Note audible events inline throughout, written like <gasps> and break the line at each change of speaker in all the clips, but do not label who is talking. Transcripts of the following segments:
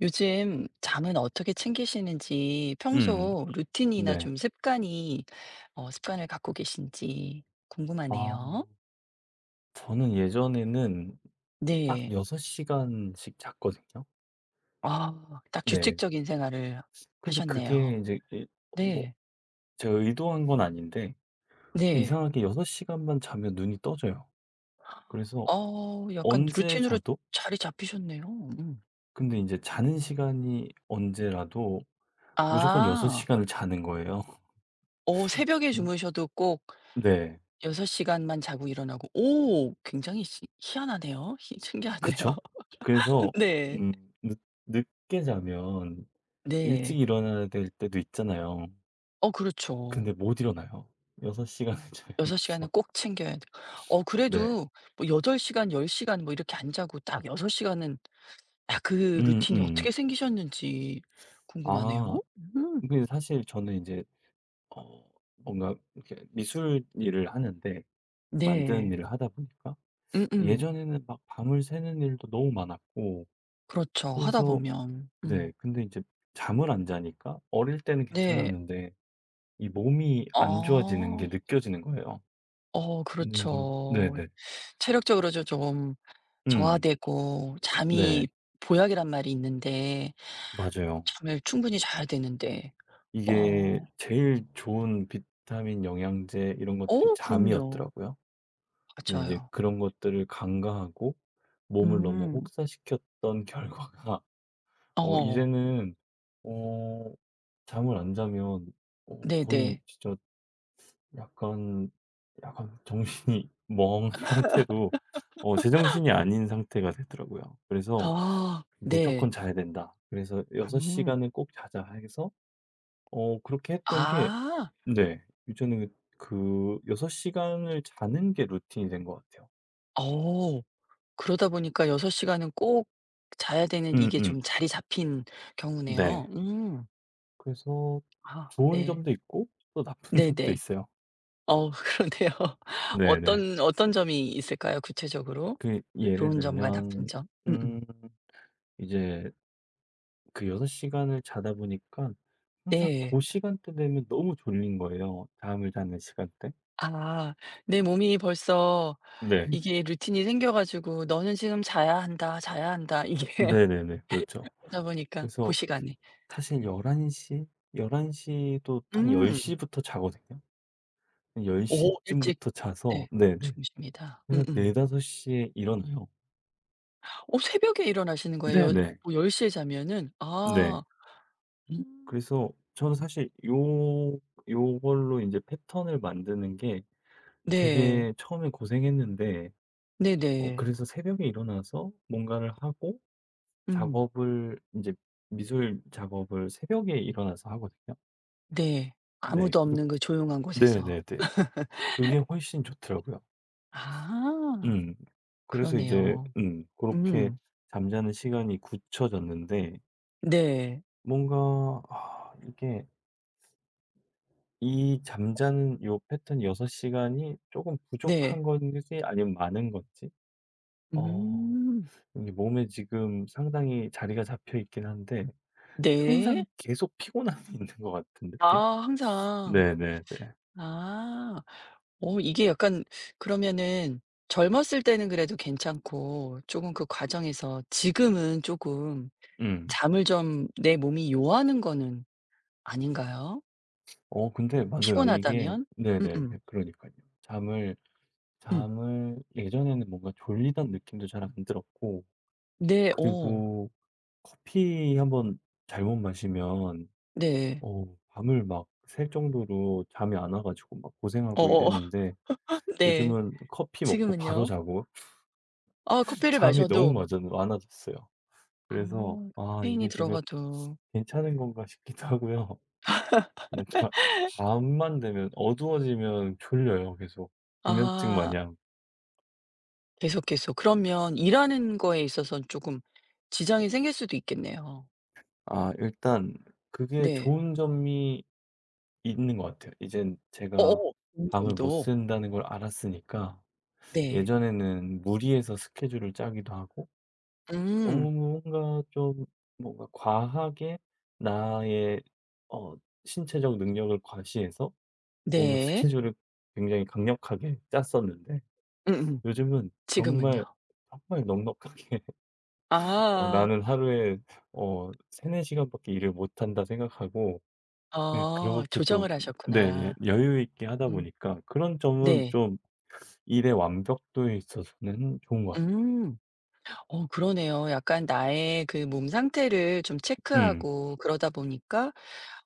요즘 잠은 어떻게 챙기시는지
음.
평소 루틴이나
네.
좀 습관이 어 습관을 갖고 계신지
아,
궁금하네요.
저는 예전에는 딱
네.
6 시간씩 잤거든요.
아 딱
네.
규칙적인 생활을
근데
하셨네요.
그게 이제 이 뭐
네.
제가 의도한 건 아닌데, 그
네.
이상하게 6 시간만 자면 눈이 떠져요. 그래서
어 약간
언제
루틴으로
자도
자리 잡히셨네요. 음.
근데 이제 자는 시간이 언제라도 무조건 6
아.
시간을 자는 거예요. <laughs>
어 새벽에
음.
주무셔도 꼭
네.
6 시간만 자고 일어나고 오 굉장히 시 희한하네요. 희 신기하네요.
그쵸?
<laughs>
그래서
네.
늦 늦게 자면 일찍
네.
일어나야 될 때도 있잖아요.
어 그렇죠.
근데 못 일어나요. 6 시간을 자야
6
돼서.
시간은 꼭 챙겨야 돼. 어
<laughs> 네.
그래도 뭐 8 시간 10 시간 뭐 이렇게 안 자고 딱 6 시간은 아 그 루틴이
음음.
어떻게 생기셨는지 궁금하네요.
아,
음.
근데 사실 저는 인제 어 뭔가 이렇게 미술 일을 하는데, 만드는
네.
일을 하다 보니까
음음.
예전에는 막 밤을 새는 일도 너무 많았고,
그렇죠. 하다
그래서
보면.
네,
음.
근데 인제 잠을 안 자니까 어릴 때는
네.
괜찮았는데 이 몸이 안
아.
좋아지는 게 느껴지는 거예요.
어
뭔가
그렇죠.
네네.
체력적으로도 좀
음.
저하되고
네.
잠이 보약이란 말이 있는데
맞아요.
잠을 충분히 자야 되는데.
이게
어.
제일 좋은 비타민, 영양제 이런 것들이
어 그럼요.
잠이었더라고요. 근데 이제
맞아요.
그런 것들을 간과하고 몸을 너무
음.
혹사시켰던 <laughs> 결과가
어.
이제는 어 잠을 안 자면 거의
네네.
진짜 약간, 약간 정신이 <laughs> 멍한 상태로 제정신이 아닌 상태가 되더라고요. 그래서
아
'무조건
네.
자야 된다.' 그래서 6
음.
시간은 꼭 자자 해서 그렇게 했던 게
아.
네. 이제는 그 6 시간을 자는 게 루틴이 된 것 같아요.
어. 그러다 보니까 6 시간은 꼭 자야 되는 이게
음음.
좀 자리 잡힌
네.
경우네요. 음.
그래서
아
좋은
네.
점도 있고, 또 나쁜 <laughs> 점도
네네.
있어요.
어 그러네요. <laughs>
네네.
어떤 어떤 점이 있을까요 구체적으로?
그 예를
좋은 점과 나쁜
들면
점?
음,
음음.
이제 그 6 시간을 자다 보니까 항상
네.
고 시간대 되면 너무 졸린 거예요, 잠을 자는 시간대.
아 내 몸이 벌써
네. <laughs>
이게 루틴이 생겨 가지고 '너는 지금 자야 한다, 자야 한다.' 이게
네네네. 그렇죠.
<laughs> 그러다 보니까 고
그래서
시간에.
사실 11시 11 시도 한 10
음.
시부터 자거든요. 10
오 일찍
시쯤부터 자서
네
네네.
주무십니다.
그래서
음음.
4-5 시에 일어나요.
어 새벽에 일어나시는 거예요? 열
네네.
뭐1 0에 자면은
네.
아. 음.
그래서 저는 사실 요 요걸로 인제 패턴을 만드는 게
네.
되게 처음에 고생했는데
네네.
그래서 새벽에 일어나서 뭔가를 하고
음.
작업을 인제 미술 작업을 새벽에 일어나서 하거든요.
네.
네.
아무도
그렇
없는 그 조용한 곳에서.
네네네. 그게 훨씬 좋더라고요.
아
음. 그래서 이제
그러네요.
음, 고렇게
음.
잠자는 시간이 굳혀졌는데
네.
뭔가 아, 이게 이 잠자는 요 패턴 6 시간이 조금
네.
부족한 건지 아니면 많은 건지, 어
음.
이게 몸에 지금 상당히 자리가 잡혀 있긴 한데
네.
항상 계속 피곤함이 <laughs> 있는 것 같은 느낌?
아 항상.
네네네.
아. 어 이게 약간 그러면은 젊었을 때는 그래도 괜찮고 쪼금 그 과정에서 지금은 쪼금
음.
잠을 좀 내 몸이 요하는 거는 아닌가요?
어, 근데 맞아요. 이게
피곤하다면?
네네네.
음음.
그러니까요, 잠을
음.
잠을 예전에는 뭔가 졸리던 느낌도 잘 안 들었고,
네. 어.
그리고 커피 한번 잘못 마시면
네.
어 밤을 막 샐 정도로 잠이 안 와 가지고 막 고생하고
어어.
이랬는데,
<laughs> 네.
요즘은 커피 먹고 바로
지금은요?
자고
아
<laughs>
커피를
잠이 너무
마셔도
맞아 많아졌어요.
아
그래서 '아,
카페인이
이게 지금
들어가도
괜찮은 건가?' 싶기도 하고요. <laughs> 뭔가 밤만 되면 어두워지면 졸려요 계속. 기면증
아
마냥.
계속, 계속. 그러면 일하는 거에 있어서는 쪼금 지장이 생길 수도 있겠네요.
아, 일단 그게
네.
좋은 점이 있는 것 같아요. 이젠 제가
어어.
밤을 못
운전도.
쓴다는 걸 알았으니까
네.
예전에는 무리해서 스케줄을 짜기도 하고, 어
음.
뭔가 좀 뭔가 과하게 나의 어 신체적 능력을 과시해서 뭔가
네.
스케줄을 굉장히 강력하게 짰었는데,
음음.
요즘은 정말,
지금은요?
정말 넉넉하게 <laughs>
아.
'나는 하루에 3-4 시간밖에 일을 못한다.' 생각하고, 네,
어.
그렇게 좀
조정을
네
하셨구나.
여유 있게 하다
음.
보니까 그런 점은
네.
좀 일의 완벽도에 있어서는 좋은 것 같아요.
음. 어 그러네요. 약간 나의 그 몸 상태를 좀
음.
체크하고 그러다 보니까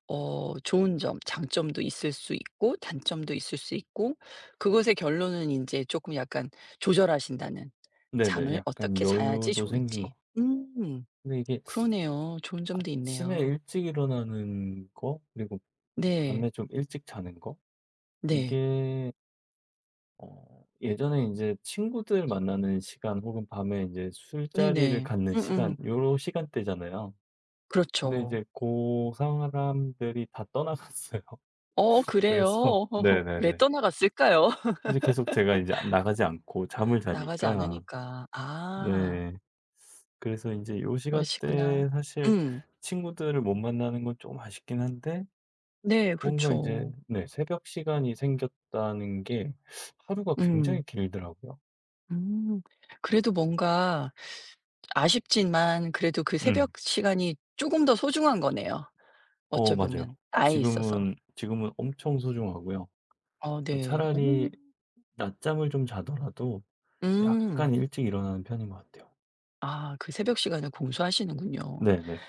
어 좋은 점, 장점도 있을 수 있고 단점도 있을 수 있고 그것의 결론은 이제 조금 약간 조절하신다는
네네.
잠을
약간
어떻게 자야지
여유도 생긴 것
좋을지.
같고,
음
근데 이게
그러네요. 좋은 점도
아침에
있네요.
일찍 일어나는 거, 그리고
네.
밤에 좀 일찍 자는 거,
네.
이게 예전에 이제 친구들 만나는 시간 혹은 밤에 이제 술자리를
네네.
갖는 시간
음음.
요런 시간대잖아요. 근데
그렇죠.
이제 그 사람들이 다 떠나갔어요.
어
<laughs> 그래서
그래요? <laughs> 왜
네네네.
떠나갔을까요? <laughs>
이제 계속 제가 이제 나가지 않고 잠을
나가지
자니까
않으니까. 아.
네, 그래서 이제 요 시간
그러시구나.
대 사실
음.
친구들을 못 만나는 건 좀 아쉽긴 한데,
네
뭔가 이제
그렇죠.
네 새벽 시간이 생겼다는 게 하루가 굉장히
음.
길더라고요.
음. 그래도 뭔가 아쉽지만 그래도 그 새벽
음.
시간이 쪼금 더 소중한 거네요
어, 맞아요.
어쩌보면 나에 있어서.
지금은 엄청 소중하고요.
어 네. 어.
차라리 낮잠을 좀 자더라도
음.
약간 일찍 일어나는 편인 것 같아요.
아 그 새벽 시간을 공수하시는군요.
네네네.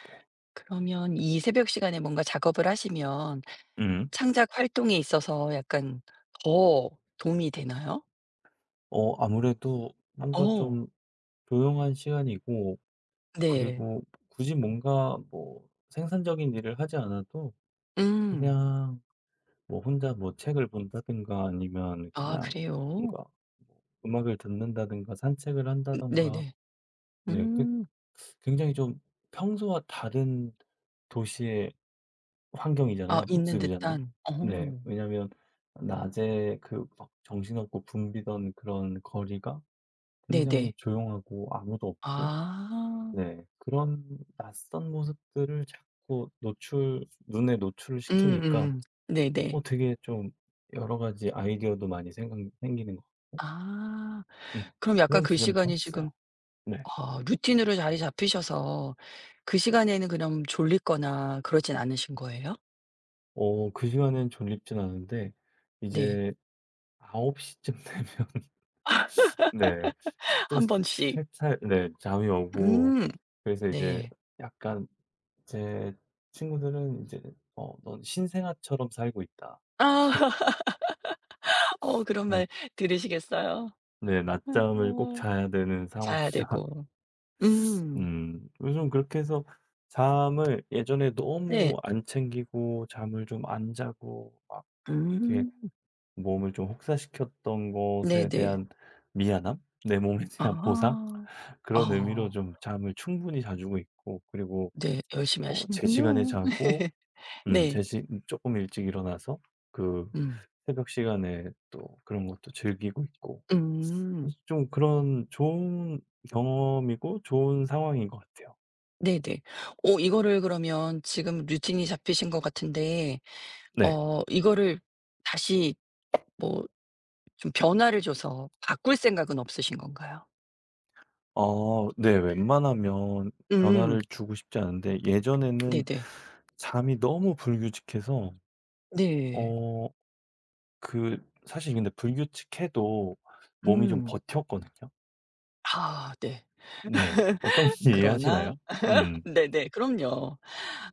그러면 이 새벽 시간에 뭔가 작업을 하시면
음.
창작 활동에 있어서 약간 더 도움이 되나요?
아무래도 뭔가
어.
좀 조용한 시간이고,
네.
그리고 굳이 뭔가 뭐 생산적인 일을 하지 않아도
음.
그냥 뭐 혼자 뭐 책을 본다든가 아니면
아
그냥
그래요?
뭔가 음악을 듣는다든가 산책을 한다든가,
네네.
네, 그
음.
굉장히 좀 평소와 다른 도시의
아
환경이잖아요.
있는
모습이잖아요.
듯한.
네.
어.
왜냐면 낮에 그 막 정신없고 붐비던 그런 거리가 굉장히
네네.
조용하고 아무도 없고,
아.
네, 그런 낯선 모습들을 자꾸 노출 눈에 노출을 시키니까
음음. 네네.
되게 좀 여러 가지 아이디어도 많이 생각 생기는 것 같고,
아.
음,
그럼 약간
그런
그
지점이
시간이 지금
좋았어요. 네.
아 루틴으로 자리 잡히셔서 그 시간에는 그럼 졸리거나 그러진 않으신 거예요?
어, 그 시간엔 졸립진 않은데
네.
이제 9홉시쯤 되면 <laughs> 네. 또
한 번씩.
살살 네 잠이 오고,
음.
그래서 이제
네.
약간 제 친구들은 이제 "넌 신생아처럼 살고 있다." 이렇게
아. <laughs> 어
<laughs>
그런
네.
말 들으시겠어요.
네. 낮잠을 꼭
어.
자야 되는 상황.
자야 되고. 음.
음. 요즘 그렇게 해서 잠을 예전에
네.
너무 안 챙기고 잠을 좀 안 자고 막 이렇게
음.
몸을 좀 혹사시켰던 것에
네네.
대한 미안함? 내 몸에 대한 보상?
아.
그런 의미로
아.
좀 잠을 충분히 자주고 있고, 그리고
네. 열심히
제
하시는군요.
시간에 자고
<laughs>
음, 제
네.
시쪼 일찍 일어나서 그
음.
새벽 시간에 또 그런 것도 즐기고 있고,
음.
그래서 좀 그런 좋은 경험이고 좋은 상황인 것 같아요.
네네. 오 이거를 그러면 지금 루틴이 잡히신 것 같은데
네.
어 이거를 다시 뭐 좀 변화를 줘서 바꿀 생각은 없으신 건가요?
어, 네. 웬만하면 변화를
음.
주고 싶지 않은데, 예전에는
네네.
잠이 너무 불규칙해서
네.
어 그 사실 근데 불규칙해도 몸이 좀
음.
버텼거든요.
아 네.
네. 어떤 건지
그러나
이해하시나요? 음.
네네. 그럼요.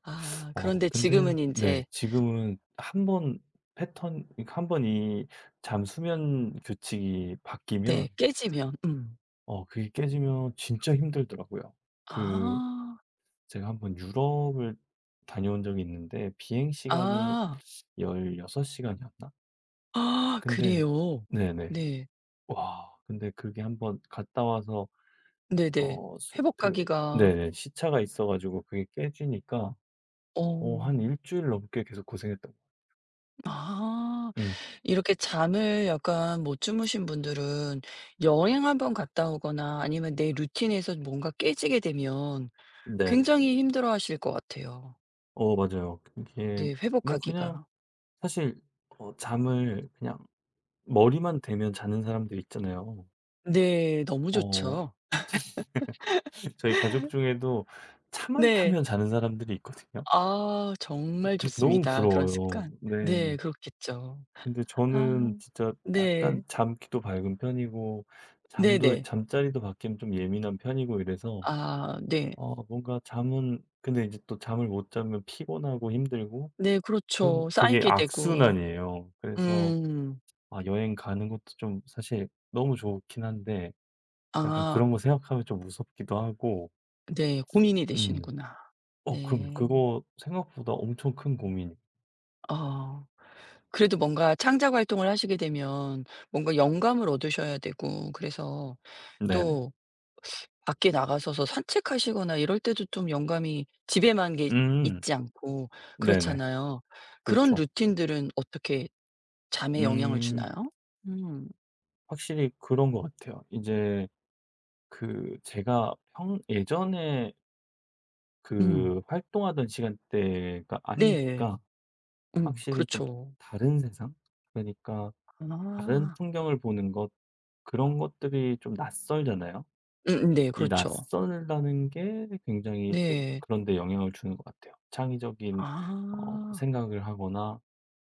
아
어,
그런데
근데
지금은 이
네,
제
지금은 한번 패턴, 그러니까 한 번 이 잠 수면 규칙이 바뀌면
네 깨지면
그게 깨지면 진짜 힘들더라고요. 그,
아
제가 한번 유럽을 다녀온 적이 있는데 비행 시간이
아.
16 시간이었나?
아. <gasps>
근데
그래요?
네네.
네.
와, 근데 그게 한번 갔다 와서
네네.
어 수- 그
회복하기가
네네. 시차가 있어 가지고 그게 깨지니까
어.
한 일 주일 넘게 계속 고생했던 거요.
아.
음.
이렇게 잠을 약간 못 주무신 분들은 여행 한번 갔다 오거나 아니면 내 루틴에서 뭔가 깨지게 되면
네네.
굉장히 힘들어하실 것 같아요.
어, 맞아요. 이게
네
뭐 그냥
회복하기가.
사실 잠을 그냥 머리만 대면 자는 사람들 있잖아요.
네. 너무
어.
좋죠.
<laughs> 저희 가족 중에도 차만
네.
타면 자는 사람들이 있거든요.
아 정말
진짜 너무
좋습니다 그런
부러워요.
습관.
네.
네 그렇겠죠.
근데
아
저는 진짜 약간
네.
잠기도 밝은 편이고, 잠도
네네.
잠자리도 바뀌면 좀 예민한 편이고 이래서
아 네.
뭔가 잠은 근데 이제 또 잠을 못 자면 피곤하고 힘들고,
네
그럼
그렇죠.
그게
쌓이게 되고.
악순환이에요. 그래서
음.
아, 여행 가는 것도 좀 사실 너무 좋긴 한데 약간
아.
그런 거 생각하면 좀 무섭기도 하고.
네. 고민이
음.
되시는구나.
어, 그럼
네.
그거 생각보다 엄청 큰 고민이.
어. 그래도 뭔가 창작 활동을 하시게 되면 뭔가 영감을 얻으셔야 되고 그래서
네네.
또 밖에 나가서서 산책하시거나 이럴 때도 좀 영감이 집에만 게
음.
있지 않고
네네.
그렇잖아요. 그런
그렇죠.
루틴들은 어떻게 잠에 영향을
음.
주나요? 음.
확실히 그런 것 같아요. 이제 그 제가 평 예전에
음.
그 활동하던 시간대가
네.
아니니까
음.
확실히 좀
그렇죠.
다른 세상? 그러니까 다른
아.
풍경을 보는 것 그런 것들이 좀 낯설잖아요.
음음 네.
이
그렇죠.
낯설다는 게 굉장히 좀
네.
그런 데 영향을 주는 것 같아요. 창의적인
아.
생각을 하거나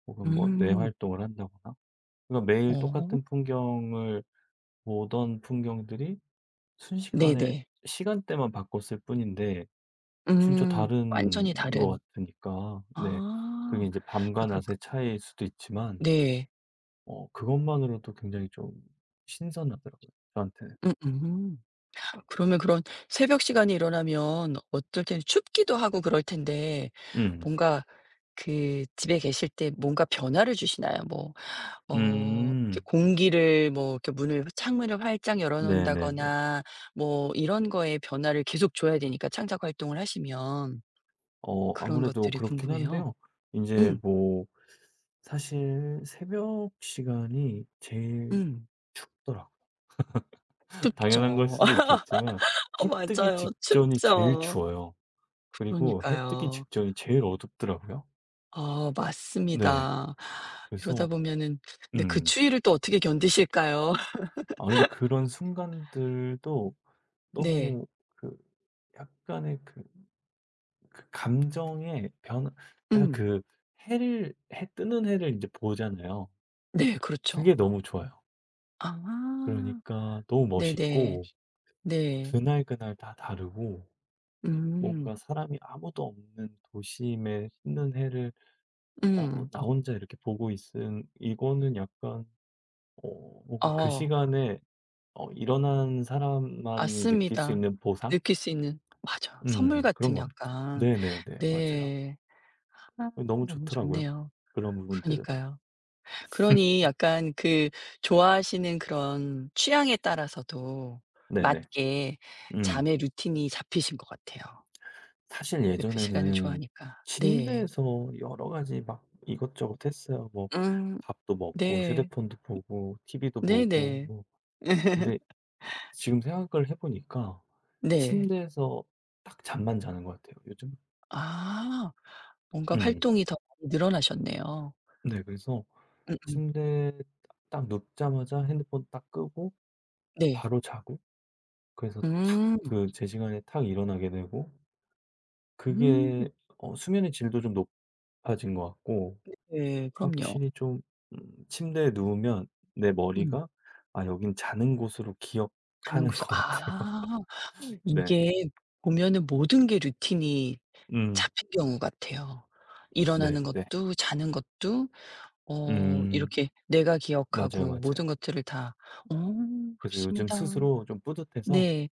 혹은 뭐 뇌
음.
활동을 한다거나. 그러니까 매일
어.
똑같은 풍경을 보던 풍경들이 순식간에
네네.
시간대만 바꿨을 뿐인데 진짜
음.
다른
완전히
것
다른.
같으니까. 네. 그게
아.
이제 밤과
약간 그
낮의 차이일 수도 있지만
네.
그것만으로도 굉장히 좀 신선하더라고요, 저한테는.
음음. 그러면 그런 새벽 시간에 일어나면 어떨 때는 춥기도 하고 그럴 텐데
음.
뭔가 그 집에 계실 때 뭔가 변화를 주시나요? 뭐 어 이렇게
음.
공기를 뭐 이렇게 문을 창문을 활짝 열어
네네네.
놓는다거나 뭐 이런 거에 변화를 계속 줘야 되니까 창작 활동을 하시면
어,
그런
아무래도
것들이
그렇긴
궁금해요.
한데요. 이제
음.
뭐 사실 새벽 시간이 제일
음.
춥더라고요. <laughs> 당연한 걸
춥죠.
수도
<laughs>
있겠지만
어
해 뜨기
맞아요.
직전이 제일
춥죠.
추워요. 그리고 해 뜨기
그러니까요.
직전이 제일 어둡더라고요.
어
네.
맞습니다. 이러다
그래서
보면은 근데 그
음.
추위를 또 어떻게 견디실까요? <laughs>
아, 근데 그런 순간들도
네.
너무 그 약간의 그 그 감정의 변화, 약간
음.
그 해를 해 뜨는 해를 이제 보잖아요.
네 그렇죠.
그게 너무 좋아요.
아.
그러니까 너무
네네.
멋있고
네.
그날그날 다 다르고,
음.
뭔가 사람이 아무도 없는 도심에 뜨는 해를
음.
나 혼자 이렇게 보고 있음, 이거는 약간 어 뭔가 그
어
시간에 일어난 사람만이 느낄 수
맞습니다.
있는 보상?
느낄 수 있는 맞아. 선물
음, 그런
같은
것 같아요.
약간.
네네네. 맞아요.
네. 아
어, 너무
너무
좋더라고요,
좋네요.
그런 부분들은.
그러니까요. 그러니 약간 그 좋아하시는 그런 취향에 따라서도
네네.
맞게
음.
잠의 루틴이 잡히신 것 같아요.
사실
네 그 시간을
예전에는
좋아하니까. 네.
침대에서 여러 가지 막 이것저것 했어요. 뭐,
음
밥도 먹고
네.
휴대폰도 보고 TV도 보고
네네.
뭐,
<laughs>
근데 지금 생각을 해 보니까
네.
침대에서 딱 잠만 자는 것 같아요, 요즘.
아 뭔가
음.
활동이 더 많이 늘어나셨네요.
네. 그래서
음음.
침대에 딱 눕자마자 핸드폰 딱 끄고
네.
바로 자고, 그래서 탁
음.
그 제 시간에 탁 일어나게 되고 그게
음.
수면의 질도 좀 높아진 것 같고,
네 그럼요.
확실히 좀 침대에 누우면 내
음.
머리가 '아 여긴 자는 곳으로
가는
기억하는 <laughs>
곳에
것 같아요.'
아
네.
이게 보면은 모든 게 루틴이
음.
잡힌 경우 같아요. 일어나는
네네.
것도 자는 것도 어
음.
이렇게 내가
맞아요,
기억하고 모든
맞아요.
것들을 다 어
그래서 요즘
그렇습니다.
스스로 좀 뿌듯해서
네.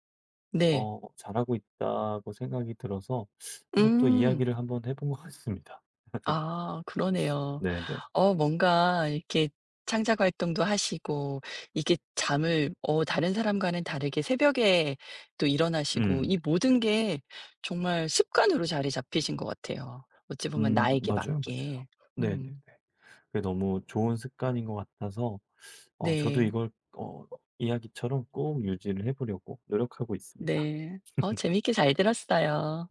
네.
잘하고 있다고 생각이 들어서 한번 또
음.
이야기를 한번 해본 것 같습니다.
아 그러네요.
네네.
어 뭔가 이렇게 창작 활동도 하시고 이게 잠을 어 다른 사람과는 다르게 새벽에 또 일어나시고
음.
이 모든 게 정말 습관으로 자리 잡히신 것 같아요. 어찌 보면
음.
나에게
맞아요, 맞아요.
맞게.
네네네.
음.
그게 너무 좋은 습관인 것 같아서 저도
네.
이걸 어 이야기처럼 꼭 유지를 해 보려고 노력하고 있습니다.
네. 어 재미있게 잘 들었어요.